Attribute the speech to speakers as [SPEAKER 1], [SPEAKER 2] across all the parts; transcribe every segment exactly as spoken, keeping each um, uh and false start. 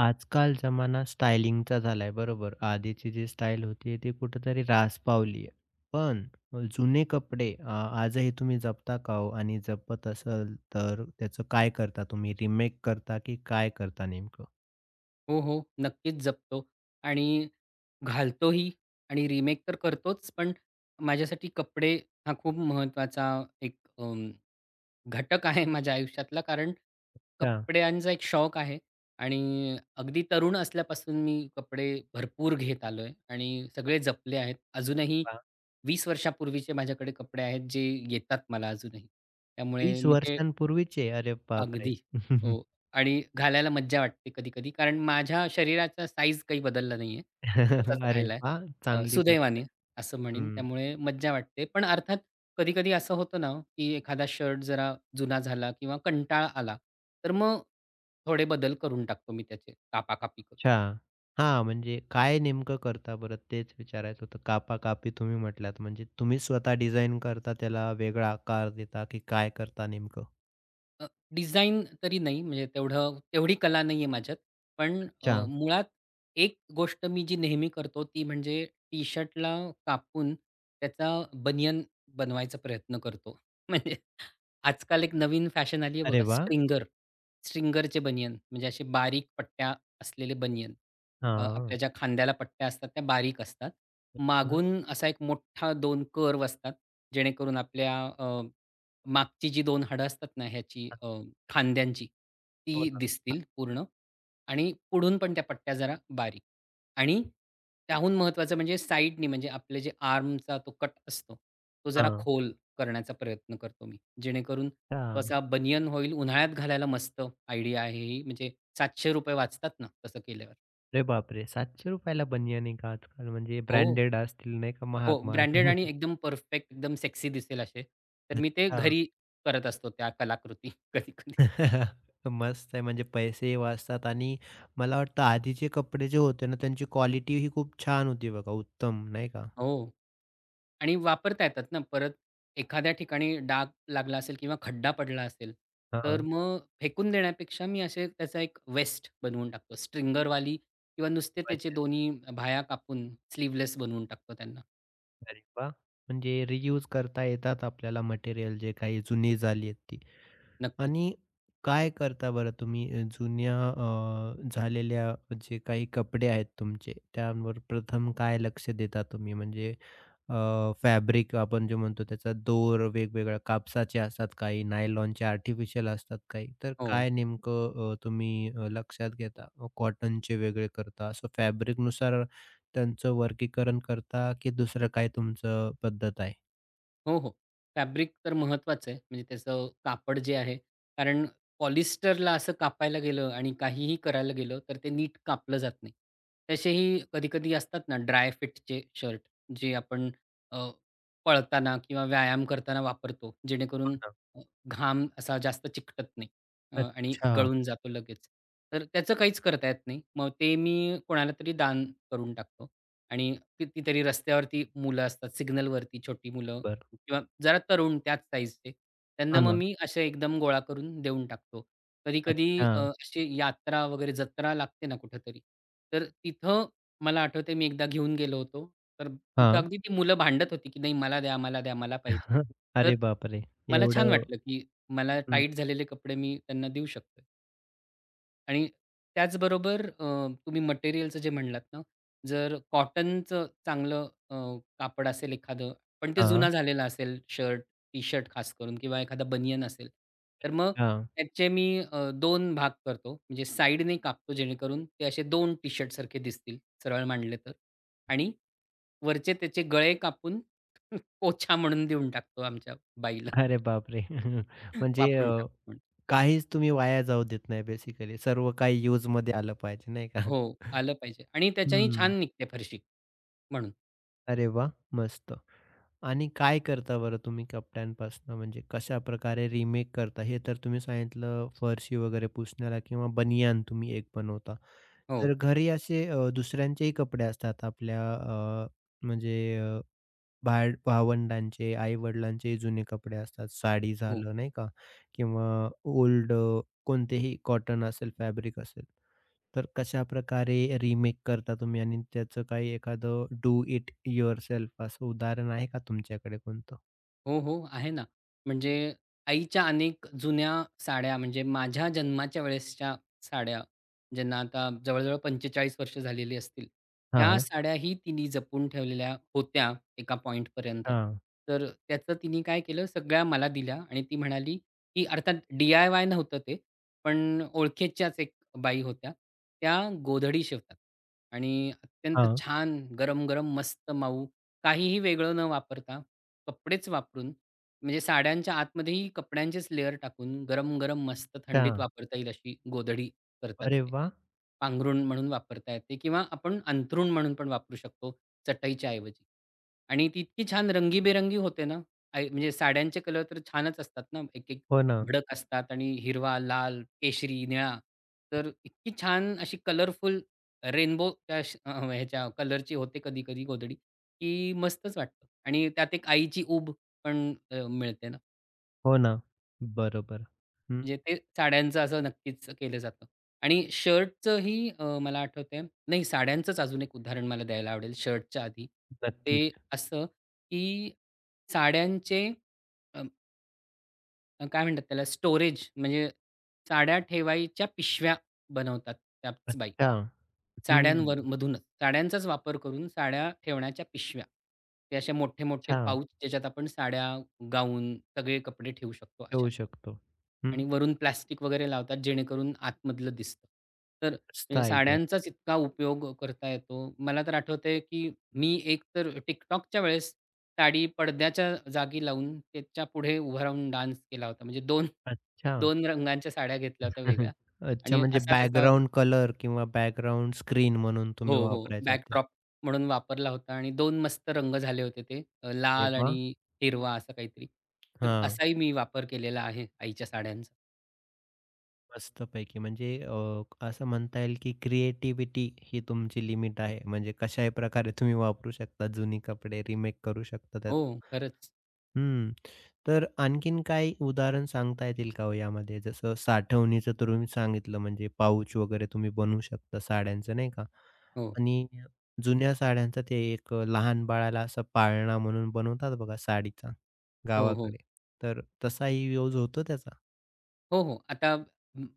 [SPEAKER 1] आजकाल जमाना स्टायलिंगचा झालाय बरोबर. आधीची जी स्टाईल होती ती कुठेतरी ऱ्हास पावली आहे. पण जुने कपडे अ, आजही तुम्ही जपता का हो? आणि जपत असाल तर त्याचं काय करता तुम्ही? रिमेक करता की काय करता नेमकं?
[SPEAKER 2] हो, हो. नक्कीच जपतो आणि घालतोही आणि रिमेक तर करतोच. पण माझ्यासाठी कपडे हा खूप महत्त्वाचा एक अं, घटक आहे माझ्या आयुष्यातला. कारण
[SPEAKER 1] अच्छा.
[SPEAKER 2] कपड्यांचा एक शौक आहे आणि अगदी तरुण असल्यापासून मी कपडे भरपूर घेत आलो आलोय आणि सगळे जपले आहेत. अजूनही
[SPEAKER 1] वाह!
[SPEAKER 2] वीस वर्षापूर्वीचे माझ्याकडे कपडे आहेत, जे येतात मला अजूनही. त्यामुळे
[SPEAKER 1] वीस
[SPEAKER 2] मी ते
[SPEAKER 1] वर्षांपूर्वीचे. अरे बापरे!
[SPEAKER 2] अगदी. हो. आणि घालायला मज्जा वाटते कधी-कधी. कारण माझ्या शरीराचा साईझ काही बदलला नाहीये. तसाच
[SPEAKER 1] अरे
[SPEAKER 2] राहिलाय.
[SPEAKER 1] वाह!
[SPEAKER 2] अ,
[SPEAKER 1] चांगली गोष्ट
[SPEAKER 2] सुदैवाने
[SPEAKER 1] आहे.
[SPEAKER 2] असं म्हणेन. त्यामुळे मज्जा वाटते. पण अर्थात कधी-कधी असं होतं ना, की एखादा शर्ट जरा जुना झाला किंवा कंटाळा आला, तर मग थोडे बदल करून टाकतो मी त्याचे कापाकापी करून.
[SPEAKER 1] अच्छा. हां, म्हणजे काय नेमकं करता बरं? तेच विचारायचं होतं. कापाकापी तुम्ही म्हटलात, म्हणजे तुम्ही स्वतः डिझाइन करता, त्याला वेगळा आकार देता, की काय करता नेमकं?
[SPEAKER 2] अ, डिझाइन तरी नाही म्हणजे तेवढं तेवढी कला नाहीये माझ्यात. पण अ,
[SPEAKER 1] अच्छा.
[SPEAKER 2] मुळात एक गोष्ट मी जी नेहमी करतो ती म्हणजे टी-शर्टला कापून त्याचा बनियन बनवायचा प्रयत्न करतो. म्हणजे आजकाल एक नवीन फॅशन आली आहे
[SPEAKER 1] अरे
[SPEAKER 2] बघा
[SPEAKER 1] वाह!
[SPEAKER 2] स्ट्रिंगर. स्ट्रिंगरचे बनियन म्हणजे असे बारीक पट्ट्या असलेले बनियन. अ,
[SPEAKER 1] हां.
[SPEAKER 2] आपल्या ज्या खांद्याला पट्ट्या असतात त्या बारीक असतात.
[SPEAKER 1] अच्छा.
[SPEAKER 2] मागून असा एक मोठा दोन कर्व्ह असतात. जेणेकरून आपल्या मागची जी दोन हाडं असतात ना ह्याची
[SPEAKER 1] हां,
[SPEAKER 2] अ, खांद्यांची,
[SPEAKER 1] हो
[SPEAKER 2] ती
[SPEAKER 1] ना.
[SPEAKER 2] दिसतील पूर्ण आणि पुढून पण त्या पट्ट्या जरा बारीक आणि त्याहून महत्त्वाचं म्हणजे साइडनी म्हणजे आपले जे आर्मचा तो कट असतो, तो जरा
[SPEAKER 1] हां.
[SPEAKER 2] खोल करण्याचा प्रयत्न करतो मी. जेणेकरून तो
[SPEAKER 1] अच्छा.
[SPEAKER 2] असा बनियन होईल. उन्हाळ्यात घालायला मस्त आयडिया आहे ही. म्हणजे ₹सातशे रुपये वाचतात ना तसं केल्यावर.
[SPEAKER 1] अरे बापरे! ₹सातशे रुपये ला बनियान आहे का आजकाल? म्हणजे
[SPEAKER 2] हो,
[SPEAKER 1] ब्रँडेड असतील नाही का
[SPEAKER 2] हो. ब्रँडेड आणि
[SPEAKER 1] महाग-महाग.
[SPEAKER 2] एकदम परफेक्ट, एकदम सेक्सी दिसेल असे. तर मी ते
[SPEAKER 1] अच्छा.
[SPEAKER 2] घरी करत असतो त्या कलाकृती कधी-कधी.
[SPEAKER 1] मस्त आहे म्हणजे पैसेही वाचतात आणि मला वाटतं आधीचे कपडे जे होते ना, त्यांची क्वालिटी ही खूप छान होती बघा, उत्तम नाही का?
[SPEAKER 2] हो. आणि वापरता येतात ना परत. एखाद्या ठिकाणी डाग लागला असेल किंवा खड्डा पडला असेल, तर
[SPEAKER 1] हां.
[SPEAKER 2] मग फेकून देण्यापेक्षा मी असे त्याचा एक वेस्ट बनवून टाकतो. स्ट्रिंगरवाली किंवा नुसते त्याचे
[SPEAKER 1] म्हणजे
[SPEAKER 2] दोन्ही बाह्या कापून स्लीव्हलेस बनवून टाकतो त्यांना.
[SPEAKER 1] अरे वाह! म्हणजे रियूज करता येतात आपल्याला मटेरियल जे काही जुनी झाली आहेत ती.
[SPEAKER 2] नक्कीच.
[SPEAKER 1] आणि काय करता बरं तुम्ही अ, जुन्या अ, झालेल्या जे काही कपडे आहेत तुमचे, त्यावर प्रथम काय लक्ष देता तुम्ही? म्हणजे अ, फॅब्रिक आपण जे म्हणतो त्याचा दोर वेगवेगळ्या कापसाचे असतात काही, नायलॉनचे आर्टिफिशियल असतात काही. तर
[SPEAKER 2] हो.
[SPEAKER 1] काय नेमकं अ, तुम्ही अ, लक्षात घेता? कॉटनचे वेगळे करता, असं फॅब्रिकनुसार त्यांचं वर्गीकरण करता, की दुसरं काय तुमचं पद्धत आहे?
[SPEAKER 2] हो, हो. फॅब्रिक तर महत्त्वाचं आहे. म्हणजे त्याचं कापड जे आहे. कारण पॉलिस्टरला असं कापायला गेलं आणि काहीही करायला गेलं, तर ते नीट कापलं जात नाही. तसेही कधी-कधी असतात ना ड्राय फिटचे शर्ट, जे आपण अ, पळताना किंवा व्यायाम करताना वापरतो. जेणेकरून
[SPEAKER 1] हो
[SPEAKER 2] अ, घाम असा जास्त चिकटत नाही अ, आणि
[SPEAKER 1] अच्छा.
[SPEAKER 2] गळून जातो लगेच. तर त्याचं काहीच करता येत नाही. मग ते मी कोणाला तरी दान करून टाकतो आणि कितीतरी रस्त्यावरती मुलं असतात, सिग्नलवरती छोटी मुलं
[SPEAKER 1] बरं.
[SPEAKER 2] किंवा जरा तरुण त्याच साइझचे. त्यांना
[SPEAKER 1] हो
[SPEAKER 2] मग
[SPEAKER 1] ना.
[SPEAKER 2] मी असे एकदम गोळा करून देऊन टाकतो. कधी-कधी अ,
[SPEAKER 1] अच्छा.
[SPEAKER 2] अशी यात्रा वगैरे जत्रा लागते ना कुठेतरी, तर तिथं मला आठवतंय मी एकदा घेऊन गेलो होतो. तर तिथं
[SPEAKER 1] हां.
[SPEAKER 2] अगदी ती मुलं भांडत होती, की "नाही मला द्या, मला द्या, मला पाहिजे."
[SPEAKER 1] अरे
[SPEAKER 2] तर
[SPEAKER 1] बापरे!
[SPEAKER 2] मला छान
[SPEAKER 1] एवढं
[SPEAKER 2] वाटलं, की मला
[SPEAKER 1] हं.
[SPEAKER 2] टाईट झालेले कपडे मी त्यांना देऊ शकतोय. आणि त्याचबरोबर अ, तुम्ही मटेरिअलचं जे म्हणलात ना, जर कॉटनचं चांगलं अ, कापड असेल एखादं, पण ते
[SPEAKER 1] हां.
[SPEAKER 2] जुना झालेला असेल शर्ट, टी-शर्ट खास करून किंवा एखादा बनियन असेल, तर मग
[SPEAKER 1] हां.
[SPEAKER 2] त्याचे मी अ, दोन भाग करतो. म्हणजे साइडने कापतो जेणेकरून ते असे दोन टी-शर्ट सारखे दिसतील, सरळ मांडले तर. आणि वरचे त्याचे गळे कापून पोछा म्हणून देऊन टाकतो आमच्या बाईला.
[SPEAKER 1] अरे बापरे! म्हणजे अ,
[SPEAKER 2] वापरून टाक म्हणून.
[SPEAKER 1] काहीच तुम्ही वाया जाऊ देत नाही बेसिकली. सर्व काही यूजमध्ये आलं पाहिजे नाही का?
[SPEAKER 2] हो, आलं पाहिजे आणि त्याच्याने
[SPEAKER 1] हं.
[SPEAKER 2] छान निघते फरशी म्हणून.
[SPEAKER 1] अरे वाह! मस्त. आणि काय करता बरं तुम्ही कपड्यांपासून? म्हणजे कशा प्रकारे रिमेक करता? हे तर तुम्ही सांगितलं फरशी वगैरे पुसण्याला किंवा बनियान तुम्ही एक बनवता. तर
[SPEAKER 2] हो,
[SPEAKER 1] घरी असे अ, दुसऱ्यांचेही कपडे असतात आपल्या अ, म्हणजे बाळ भावंडांचे, आई-वडिलांचे जुने कपडे असतात. साडी
[SPEAKER 2] हो.
[SPEAKER 1] झालं नाही का किंवा ओल्ड अ, कोणतेही कॉटन असेल, फॅब्रिक असेल. तर कशाप्रकारे रिमेक करता तुम्ही आणि त्याचं काही एखादं डू इट युअरसेल्फ असं उदाहरण आहे का तुमच्याकडे कोणतं?
[SPEAKER 2] हो, हो. आहे ना. म्हणजे आईच्या अनेक जुन्या साड्या म्हणजे माझ्या जन्माच्या वेळेसच्या साड्या, ज्यांना आता जवळ-जवळ पंचेचाळीस वर्ष झालेली असतील. त्या
[SPEAKER 1] हां,
[SPEAKER 2] साड्याही तिने जपून ठेवलेल्या होत्या एका पॉइंटपर्यंत.
[SPEAKER 1] हां,
[SPEAKER 2] तर त्याचं तिने काय केलं सगळ्या मला दिल्या आणि ती म्हणाली, की अर्थात डी-आय-वाय नव्हतं ते. पण ओळखीच्याच एक बाई होत्या. त्या गोधडी शिवतात आणि
[SPEAKER 1] हा
[SPEAKER 2] अत्यंत छान गरम-गरम मस्त मऊ काहीही वेगळं न वापरता कपडेच वापरून, म्हणजे साड्यांच्या आतमध्येही कपड्यांचेच लेयर टाकून गरम-गरम मस्त थंडीत
[SPEAKER 1] हां.
[SPEAKER 2] वापरता येईल अशी गोधडी करतात
[SPEAKER 1] अरे
[SPEAKER 2] ते.
[SPEAKER 1] वाह!
[SPEAKER 2] पांघरुण म्हणून वापरता येते किंवा आपण अंथरूण म्हणून पण वापरू शकतो चटईच्या ऐवजी. आणि ती इतकी छान रंगीबेरंगी होते ना, आय म्हणजे साड्यांचे कलर तर छानच असतात ना, एक-एक
[SPEAKER 1] हो ना,
[SPEAKER 2] भडक असतात आणि हिरवा, लाल, केशरी, निळा. तर इतकी छान अशी कलरफुल रेनबो त्या श अ, ह्याच्या कलरची होते कधी-कधी गोधडी. की मस्तच वाटतं आणि त्यात एक आईची ऊब पण अ, मिळते ना.
[SPEAKER 1] हो ना. बरोबर. हं,
[SPEAKER 2] म्हणजे ते साड्यांचं असं नक्कीच केलं जातं आणि शर्टचंही अ, मला आठवतंय नाही साड्यांचंच अजून एक उदाहरण मला द्यायला आवडेल शर्टच्या आधी.
[SPEAKER 1] नक्की.
[SPEAKER 2] ते असं की साड्यांचे अ, काय म्हणतात त्याला स्टोरेज म्हणजे साड्या ठेवायच्या पिशव्या बनवतात त्याच बाई.
[SPEAKER 1] अच्छा. हं,
[SPEAKER 2] साड्यांवर मधूनच साड्यांचाच वापर करून साड्या ठेवण्याच्या पिशव्या. ते असे मोठे-मोठे
[SPEAKER 1] अच्छा.
[SPEAKER 2] पाउच ज्याच्यात आपण साड्या, गाऊन सगळे कपडे ठेवू शकतो अशा.
[SPEAKER 1] ठेवू शकतो. हं,
[SPEAKER 2] आणि वरून प्लास्टिक वगैरे लावतात जेणेकरून आतमधलं दिसतं. तर
[SPEAKER 1] मस्त
[SPEAKER 2] म्हणजे
[SPEAKER 1] आयडिया.
[SPEAKER 2] साड्यांचाच इतका उपयोग करता येतो. मला तर आठवतंय, की मी एकतर TikTokच्या वेळेस साडी पडद्याच्या जागी लावून त्याच्या पुढे उभा राहून डान्स केला होता. म्हणजे 2
[SPEAKER 1] अच्छा.
[SPEAKER 2] 2 रंगांच्या साड्या घेतल्या होत्या
[SPEAKER 1] हं, हं.
[SPEAKER 2] वेगळ्या
[SPEAKER 1] अच्छा,
[SPEAKER 2] आणि
[SPEAKER 1] म्हणजे
[SPEAKER 2] असा त्याचा
[SPEAKER 1] बॅकग्राऊंड कलर किंवा बॅकग्राऊंड स्क्रीन म्हणून
[SPEAKER 2] हो,
[SPEAKER 1] तुम्ही
[SPEAKER 2] हो.
[SPEAKER 1] वापरायचा ते.
[SPEAKER 2] बॅकड्रॉप म्हणून वापरला होता आणि दोन मस्त रंग झाले होते ते अ,
[SPEAKER 1] अरे
[SPEAKER 2] लाल आणि
[SPEAKER 1] वाह!
[SPEAKER 2] हिरवा असं काहीतरी. तर
[SPEAKER 1] हां,
[SPEAKER 2] असाही मी वापर केलेला आहे आईच्या साड्यांचा.
[SPEAKER 1] मस्तपैकी. म्हणजे अ, असं म्हणता येईल की क्रिएटिव्हिटी ही तुमची लिमिट आहे. म्हणजे कशाही प्रकारे तुम्ही वापरू शकता जुनी कपडे रिमेक करू शकता
[SPEAKER 2] हो,
[SPEAKER 1] त्याचा.
[SPEAKER 2] खरंच.
[SPEAKER 1] हं. तर आणखीन काही उदाहरण सांगता येतील का हो यामध्ये? जसं साठवणीचं तर तुम्ही सांगितलं म्हणजे पाउच वगैरे तुम्ही बनवू शकता साड्यांचं नाही का?
[SPEAKER 2] हो.
[SPEAKER 1] आणि जुन्या साड्यांचं ते एक अ, लहान बाळाला असा पाळणा म्हणून बनवतात बघा साडीचा
[SPEAKER 2] हो, हो.
[SPEAKER 1] गावाकडे. तर तसाही यूज होतो त्याचा?
[SPEAKER 2] हो, हो. आता म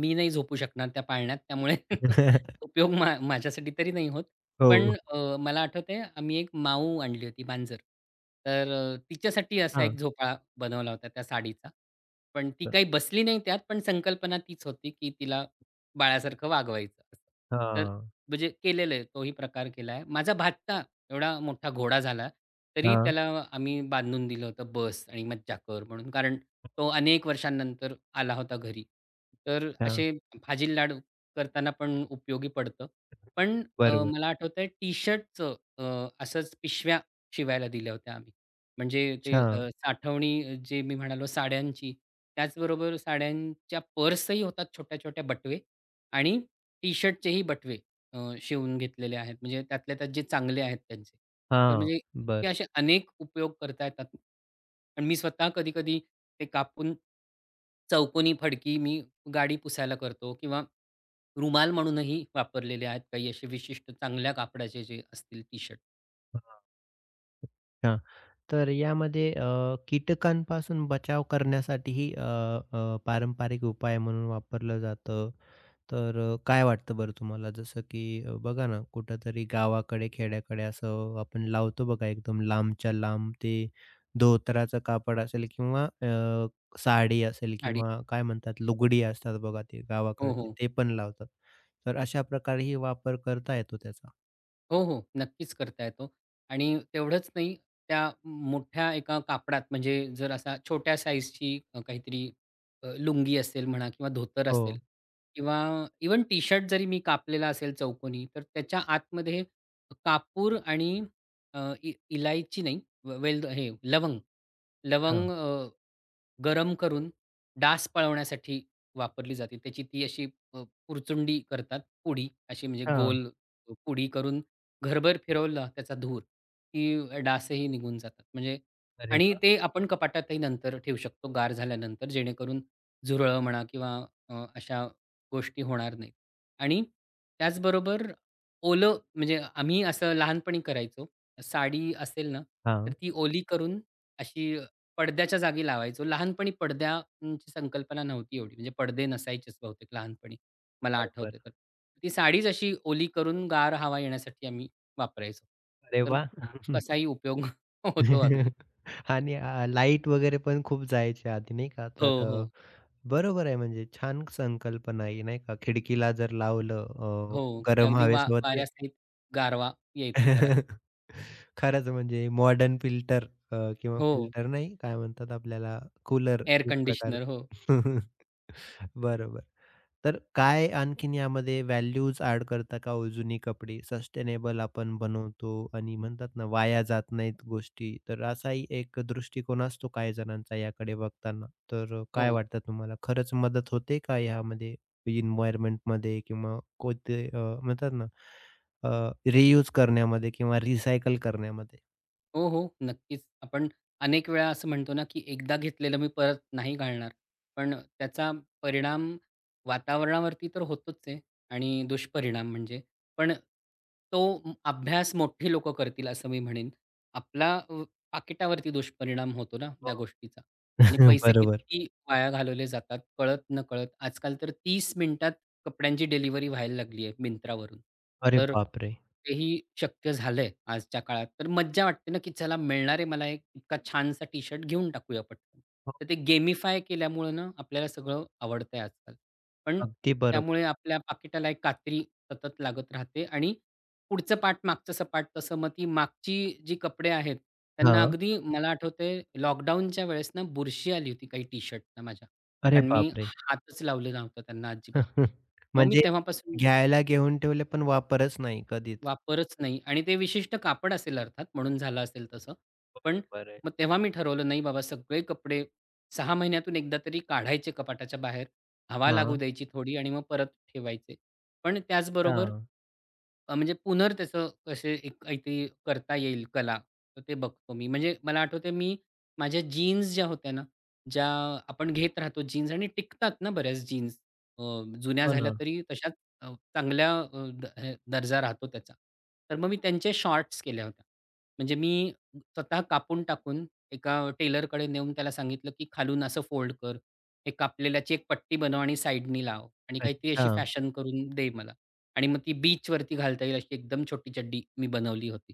[SPEAKER 2] मी नाही झोपू शकणार त्या पाळण्यात त्यामुळे उपयोग मा माझ्यासाठी तरी नाही होत. पण
[SPEAKER 1] हो.
[SPEAKER 2] अ, मला आठवतंय आम्ही एक माऊ आणली होती मांजर. तर अ, तिच्यासाठी असा एक
[SPEAKER 1] हां.
[SPEAKER 2] झोपाळा बनवला होता त्या साडीचा. पण ती
[SPEAKER 1] तर
[SPEAKER 2] काही बसली नाही त्यात पण संकल्पना तीच होती, की तिला बाळासारखं वागवायचं. असं. तर
[SPEAKER 1] हां.
[SPEAKER 2] म्हणजे केलेलं आहे तोही प्रकार केला आहे. माझा भाचा एवढा मोठा घोडा झाला, तरी
[SPEAKER 1] हां.
[SPEAKER 2] त्याला आम्ही बांधून दिलं होतं बस आणि मज्जाकर म्हणून. कारण तो अनेक वर्षांनंतर आला होता घरी. तर
[SPEAKER 1] हां.
[SPEAKER 2] असे भाजी लाड करताना पण उपयोगी पडतं. पण अ,
[SPEAKER 1] बरोबर.
[SPEAKER 2] मला आठवतंय टी-शर्टचं अ, असंच पिशव्या शिवायला दिल्या होत्या आम्ही. म्हणजे ते
[SPEAKER 1] अच्छा.
[SPEAKER 2] अ, साठवणी जे मी म्हणालो साड्यांची, त्याचबरोबर साड्यांच्या पर्सही होतात छोट्या-छोट्या बटवे आणि टी-शर्टचेही बटवे अ, शिवून घेतलेले आहेत. म्हणजे त्यातल्या त्यात जे चांगले आहेत त्यांचे. तर
[SPEAKER 1] हां.
[SPEAKER 2] म्हणजे
[SPEAKER 1] बरं.
[SPEAKER 2] इतके असे अनेक उपयोग करता येतात. आणि मी स्वतः कधी-कधी ते कापून चौकोनी फडकी मी गाडी पुसायला करतो किंवा रुमाल म्हणूनही वापरलेले आहेत काही असे विशिष्ट चांगल्या कापडाचे जे असतील टी-शर्ट,
[SPEAKER 1] हां. अच्छा. तर यामध्ये अ, कीटकांपासून बचाव करण्यासाठीही अ, अ, पारंपरिक उपाय म्हणून वापरलं जातं. तर अ, काय वाटतं बरं तुम्हाला? जसं की अ, बघा ना, कुठेतरी गावाकडे, खेड्याकडे असं आपण लावतो बघा एकदम लांबच्या लांब ते धोतराचं कापड असेल किंवा अ, साडी असेल
[SPEAKER 2] साडी.
[SPEAKER 1] किंवा काय म्हणतात लुगडी असतात बघा ते
[SPEAKER 2] हो,
[SPEAKER 1] गावाकडचे,
[SPEAKER 2] हो.
[SPEAKER 1] ते पण लावतात. तर अशा प्रकारेही वापर करता येतो त्याचा.
[SPEAKER 2] हो, हो. नक्कीच करता येतो आणि तेवढंच नाही, त्या मोठ्या एका कापडात म्हणजे जर असा छोट्या साइजची अ, काहीतरी अ, लुंगी असेल म्हणा किंवा धोतर
[SPEAKER 1] हो.
[SPEAKER 2] असेल किंवा इवन टी-शर्ट जरी मी कापलेला असेल चौकोनी, तर त्याच्या आतमध्ये कापूर आणि अ, इ इलायची नाही, व- वेल हे लवंग लवंग
[SPEAKER 1] हां,
[SPEAKER 2] गरम करून डास पळवण्यासाठी वापरली जाते. त्याची ती अशी अ, पुरचुंडी करतात पुडी अशी म्हणजे
[SPEAKER 1] हां.
[SPEAKER 2] गोल अ, पुडी करून घरभर फिरवला त्याचा धूर, की डासही निघून जातात. म्हणजे
[SPEAKER 1] अरे
[SPEAKER 2] आणि
[SPEAKER 1] वाह!
[SPEAKER 2] ते आपण कपाटातही नंतर ठेवू शकतो गार झाल्यानंतर जेणेकरून झुरळं म्हणा किंवा अ, अशा गोष्टी होणार नाहीत. आणि त्याचबरोबर ओलं म्हणजे आम्ही असं लहानपणी करायचो. साडी असेल ना, तर
[SPEAKER 1] हां,
[SPEAKER 2] ती ओली करून अशी पडद्याच्या जागी लावायचो. लहानपणी पडद्यांची संकल्पना नव्हती एवढी. म्हणजे पडदे नसायचेच बहुतेक लहानपणी, मला
[SPEAKER 1] बरोबर.
[SPEAKER 2] आठवतंय तर. ती साडीच अशी ओली करून गार हवा येण्यासाठी आम्ही वापरायचो.
[SPEAKER 1] अरे
[SPEAKER 2] तर
[SPEAKER 1] वाह!
[SPEAKER 2] कसाही उपयोग होतो अगदी.
[SPEAKER 1] आणि अ, लाईट वगैरे पण खूप जायच्या आधी नाही का?
[SPEAKER 2] हो,
[SPEAKER 1] तर अ,
[SPEAKER 2] हो.
[SPEAKER 1] बरोबर आहे म्हणजे छान संकल्पना आहे नाही का? खिडकीला जर लावलं अ,
[SPEAKER 2] हो. की
[SPEAKER 1] गरम
[SPEAKER 2] अगदी वा
[SPEAKER 1] हवेसोबत ते
[SPEAKER 2] वाऱ्यासहित गारवा येतो घरात.
[SPEAKER 1] खरंच म्हणजे मॉडर्न फिल्टर अ, किंवा
[SPEAKER 2] हो.
[SPEAKER 1] फिल्टर नाही काय म्हणतात आपल्याला कूलर
[SPEAKER 2] एअर
[SPEAKER 1] एक
[SPEAKER 2] कंडिशनर.
[SPEAKER 1] प्रकारचं.
[SPEAKER 2] हो.
[SPEAKER 1] बरोबर. तर काय आणखीन यामध्ये व्हॅल्यूज ॲड करता का हो जुनी कपडे? सस्टेनेबल आपण बनवतो आणि म्हणतात ना वाया जात नाहीत गोष्टी. तर असाही एक दृष्टिकोन असतो काही जणांचा याकडे बघताना. तर अ, काय
[SPEAKER 2] हो.
[SPEAKER 1] वाटतं तुम्हाला खरंच मदत होते का यामध्ये एन्व्हायर्नमेंटमध्ये किंवा कोणते अ, म्हणतात ना अ, रियूज करण्यामध्ये किंवा रिसायकल करण्यामध्ये?
[SPEAKER 2] हो, हो. नक्कीच. आपण अनेक वेळा असं म्हणतो ना, की एकदा घेतलेलं मी परत नाही घालणार. पण त्याचा परिणाम वातावरणावरती तर होतोच आहे आणि दुष्परिणाम म्हणजे. पण तो म- अभ्यास मोठी लोकं करतील असं मी म्हणेन. आपला अ, पाकिटावरती दुष्परिणाम होतो ना
[SPEAKER 1] हो.
[SPEAKER 2] त्या गोष्टीचा. आणि पैसे
[SPEAKER 1] बरोबर.
[SPEAKER 2] किती वाया घालवले जातात कळत-नकळत. आजकाल तर तीस मिनिटात कपड्यांची डिलिव्हरी व्हायला लागली आहे Myntraवरून.
[SPEAKER 1] अरे
[SPEAKER 2] तर
[SPEAKER 1] बापरे!
[SPEAKER 2] तेही शक्य झालंय आजच्या काळात. तर मज्जा वाटते ना, की चला मिळणार आहे मला एक इतका छानसा टी-शर्ट घेऊन टाकूया पटकन.
[SPEAKER 1] हो,
[SPEAKER 2] तर ते गेमिफाय केल्यामुळं ना, आपल्याला सगळं आवडतंय आजकाल. पण
[SPEAKER 1] अगदी बरोबर.
[SPEAKER 2] त्यामुळे आपल्या पाकिटाला एक कात्री सतत लागत राहते आणि पुढचं पाट मागचं सपाट तसं. मग ती मागची जी कपडे आहेत, त्यांना
[SPEAKER 1] हां.
[SPEAKER 2] अगदी मला आठवतंय लॉकडाऊनच्या वेळेस ना बुरशी आली होती काही टी शर्टना माझ्या.
[SPEAKER 1] अरे
[SPEAKER 2] कारण मी
[SPEAKER 1] बापरे!
[SPEAKER 2] हातच लावलेला नव्हता त्यांना अजिबात. मग मी
[SPEAKER 1] म्हणजे
[SPEAKER 2] तेव्हापासून
[SPEAKER 1] घ्यायला घेऊन ठेवले, पण वापरच नाही कधीच.
[SPEAKER 2] वापरच नाही आणि ते विशिष्ट कापड असेल अर्थात म्हणून झालं असेल तसं. पण
[SPEAKER 1] बरोबर आहे.
[SPEAKER 2] मग तेव्हा मी ठरवलं नाही बाबा सगळे कपडे सहा महिन्यातून एकदा तरी काढायचे कपाटाच्या बाहेर. हवा लागू
[SPEAKER 1] हां,
[SPEAKER 2] द्यायची थोडी आणि मग परत ठेवायचे. पण
[SPEAKER 1] अच्छा.
[SPEAKER 2] त्याचबरोबर अ, म्हणजे पुनर् त्याचं कसे एक काहीतरी करता येईल कला, तर ते बघतो मी. म्हणजे मला आठवतंय मी माझ्या जीन्स ज्या होत्या ना, ज्या आपण घेत राहतो जीन्स आणि टिकतात ना बऱ्याच जीन्स. जुन्या
[SPEAKER 1] हो
[SPEAKER 2] झाल्या
[SPEAKER 1] ना.
[SPEAKER 2] तरी तशाच अ, चांगल्या अ, द हे दर्जा राहतो त्याचा. तर मग मी त्यांचे शॉर्ट्स केल्या होत्या. म्हणजे मी स्वतः कापून टाकून एका टेलरकडे नेऊन त्याला सांगितलं, की "खालून असं फोल्ड कर. हे कापलेल्याची एक पट्टी बनव आणि साइडनी लाव आणि काहीतरी
[SPEAKER 1] अच्छा.
[SPEAKER 2] अशी फॅशन करून दे मला." आणि मग ती बीचवरती घालता येईल अशी एकदम छोटी चड्डी मी बनवली होती.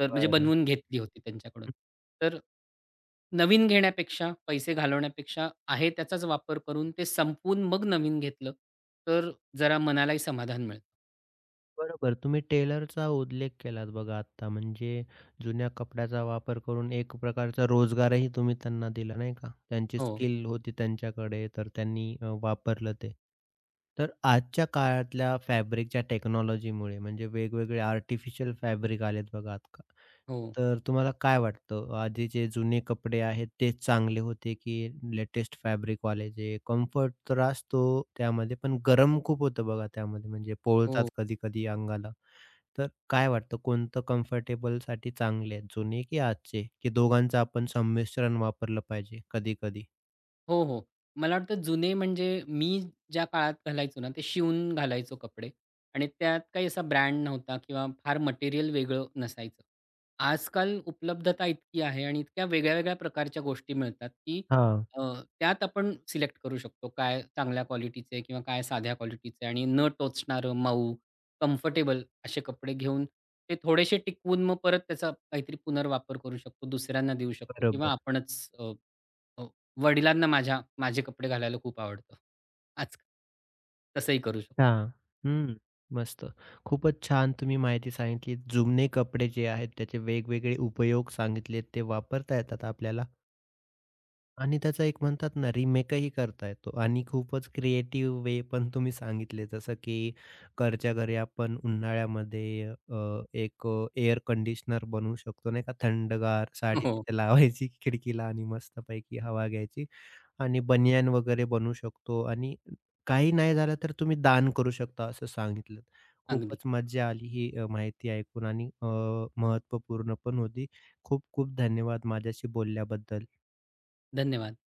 [SPEAKER 2] तर म्हणजे
[SPEAKER 1] बरं.
[SPEAKER 2] बनवून घेतली होती त्यांच्याकडून.
[SPEAKER 1] हं,
[SPEAKER 2] तर नवीन घेण्यापेक्षा, पैसे घालवण्यापेक्षा आहे त्याचाच वापर करून ते संपवून मग नवीन घेतलं, तर जरा मनालाही समाधान मिळतं.
[SPEAKER 1] बरोबर. तुम्ही टेलरचा उल्लेख केलात बघा आत्ता, म्हणजे जुन्या कपड्याचा वापर करून एक प्रकारचा रोजगारही तुम्ही त्यांना दिला, नाही का? त्यांची
[SPEAKER 2] हो,
[SPEAKER 1] स्किल होती त्यांच्याकडे, तर त्यांनी अ, वापरलं ते. तर आजच्या काळातल्या फॅब्रिकच्या टेक्नॉलॉजीमुळे म्हणजे वेगवेगळे आर्टिफिशियल फॅब्रिक आलेत बघा
[SPEAKER 2] हो,
[SPEAKER 1] तर तुम्हाला काय वाटतं आधीचे जुने कपडे आहेत तेच चांगले होते की लेटेस्ट फॅब्रिक वाले जे कम्फर्ट तर असतो त्यामध्ये पण गरम खूप होतं बघा त्यामध्ये म्हणजे पोळतात
[SPEAKER 2] हो.
[SPEAKER 1] कधी कधी अंगाला. तर काय वाटतं कोणतं कम्फर्टेबलसाठी चांगले आहेत जुने की आजचे? की दोघांचं आपण संमिश्रण वापरलं पाहिजे कधी-कधी?
[SPEAKER 2] हो, हो. मला वाटतं जुने म्हणजे मी ज्या काळात घालायचो ना, ते शिवून घालायचो कपडे आणि त्यात काही असा ब्रँड नव्हता किंवा फार मटेरियल वेगळं नसायचं. आजकाल उपलब्धता इतकी आहे आणि इतक्या वेगळ्या-वेगळ्या प्रकारच्या गोष्टी मिळतात, की
[SPEAKER 1] हां.
[SPEAKER 2] अ, त्यात आपण सिलेक्ट करू शकतो काय चांगल्या क्वालिटीचे किंवा काय साध्या क्वालिटीचे आणि न टोचणारं, मऊ, कम्फर्टेबल असे कपडे घेऊन ते थोडेसे टिकवून मग परत त्याचा काहीतरी पुनर्वापर करू शकतो, दुसऱ्यांना देऊ शकतो किंवा
[SPEAKER 1] बरोबर.
[SPEAKER 2] आपणच हो. वडिलांना माझ्या माझे कपडे घालायला खूप आवडतं. आज तसंही करू शकतो.
[SPEAKER 1] हां. हं. मस्त. खूपच छान तुम्ही माहिती सांगितली. जुने कपडे जे आहेत त्याचे वेगवेगळे उपयोग सांगितलेत ते वापरता येतात आपल्याला. आणि त्याचा एक म्हणतात ना रिमेकही करता येतो आणि खूपच क्रिएटिव्ह वे पण तुम्ही सांगितले जसं की घरच्या घरी आपण उन्हाळ्यामध्ये अ, एक एअर कंडिशनर बनवू शकतो नाही का थंडगार साडी
[SPEAKER 2] हो,
[SPEAKER 1] तिथे लावायची खिडकीला आणि मस्तपैकी हवा घ्यायची आणि बनियान वगैरे बनवू शकतो आणि काही नाही झालं तर तुम्ही दान करू शकता असं सांगितलं.
[SPEAKER 2] अगदी.
[SPEAKER 1] खूपच मज्जा आली ही अ, माहिती ऐकून आणि अ, पण होती. खूप खूप धन्यवाद माझ्याशी बोलल्याबद्दल.
[SPEAKER 2] धन्यवाद.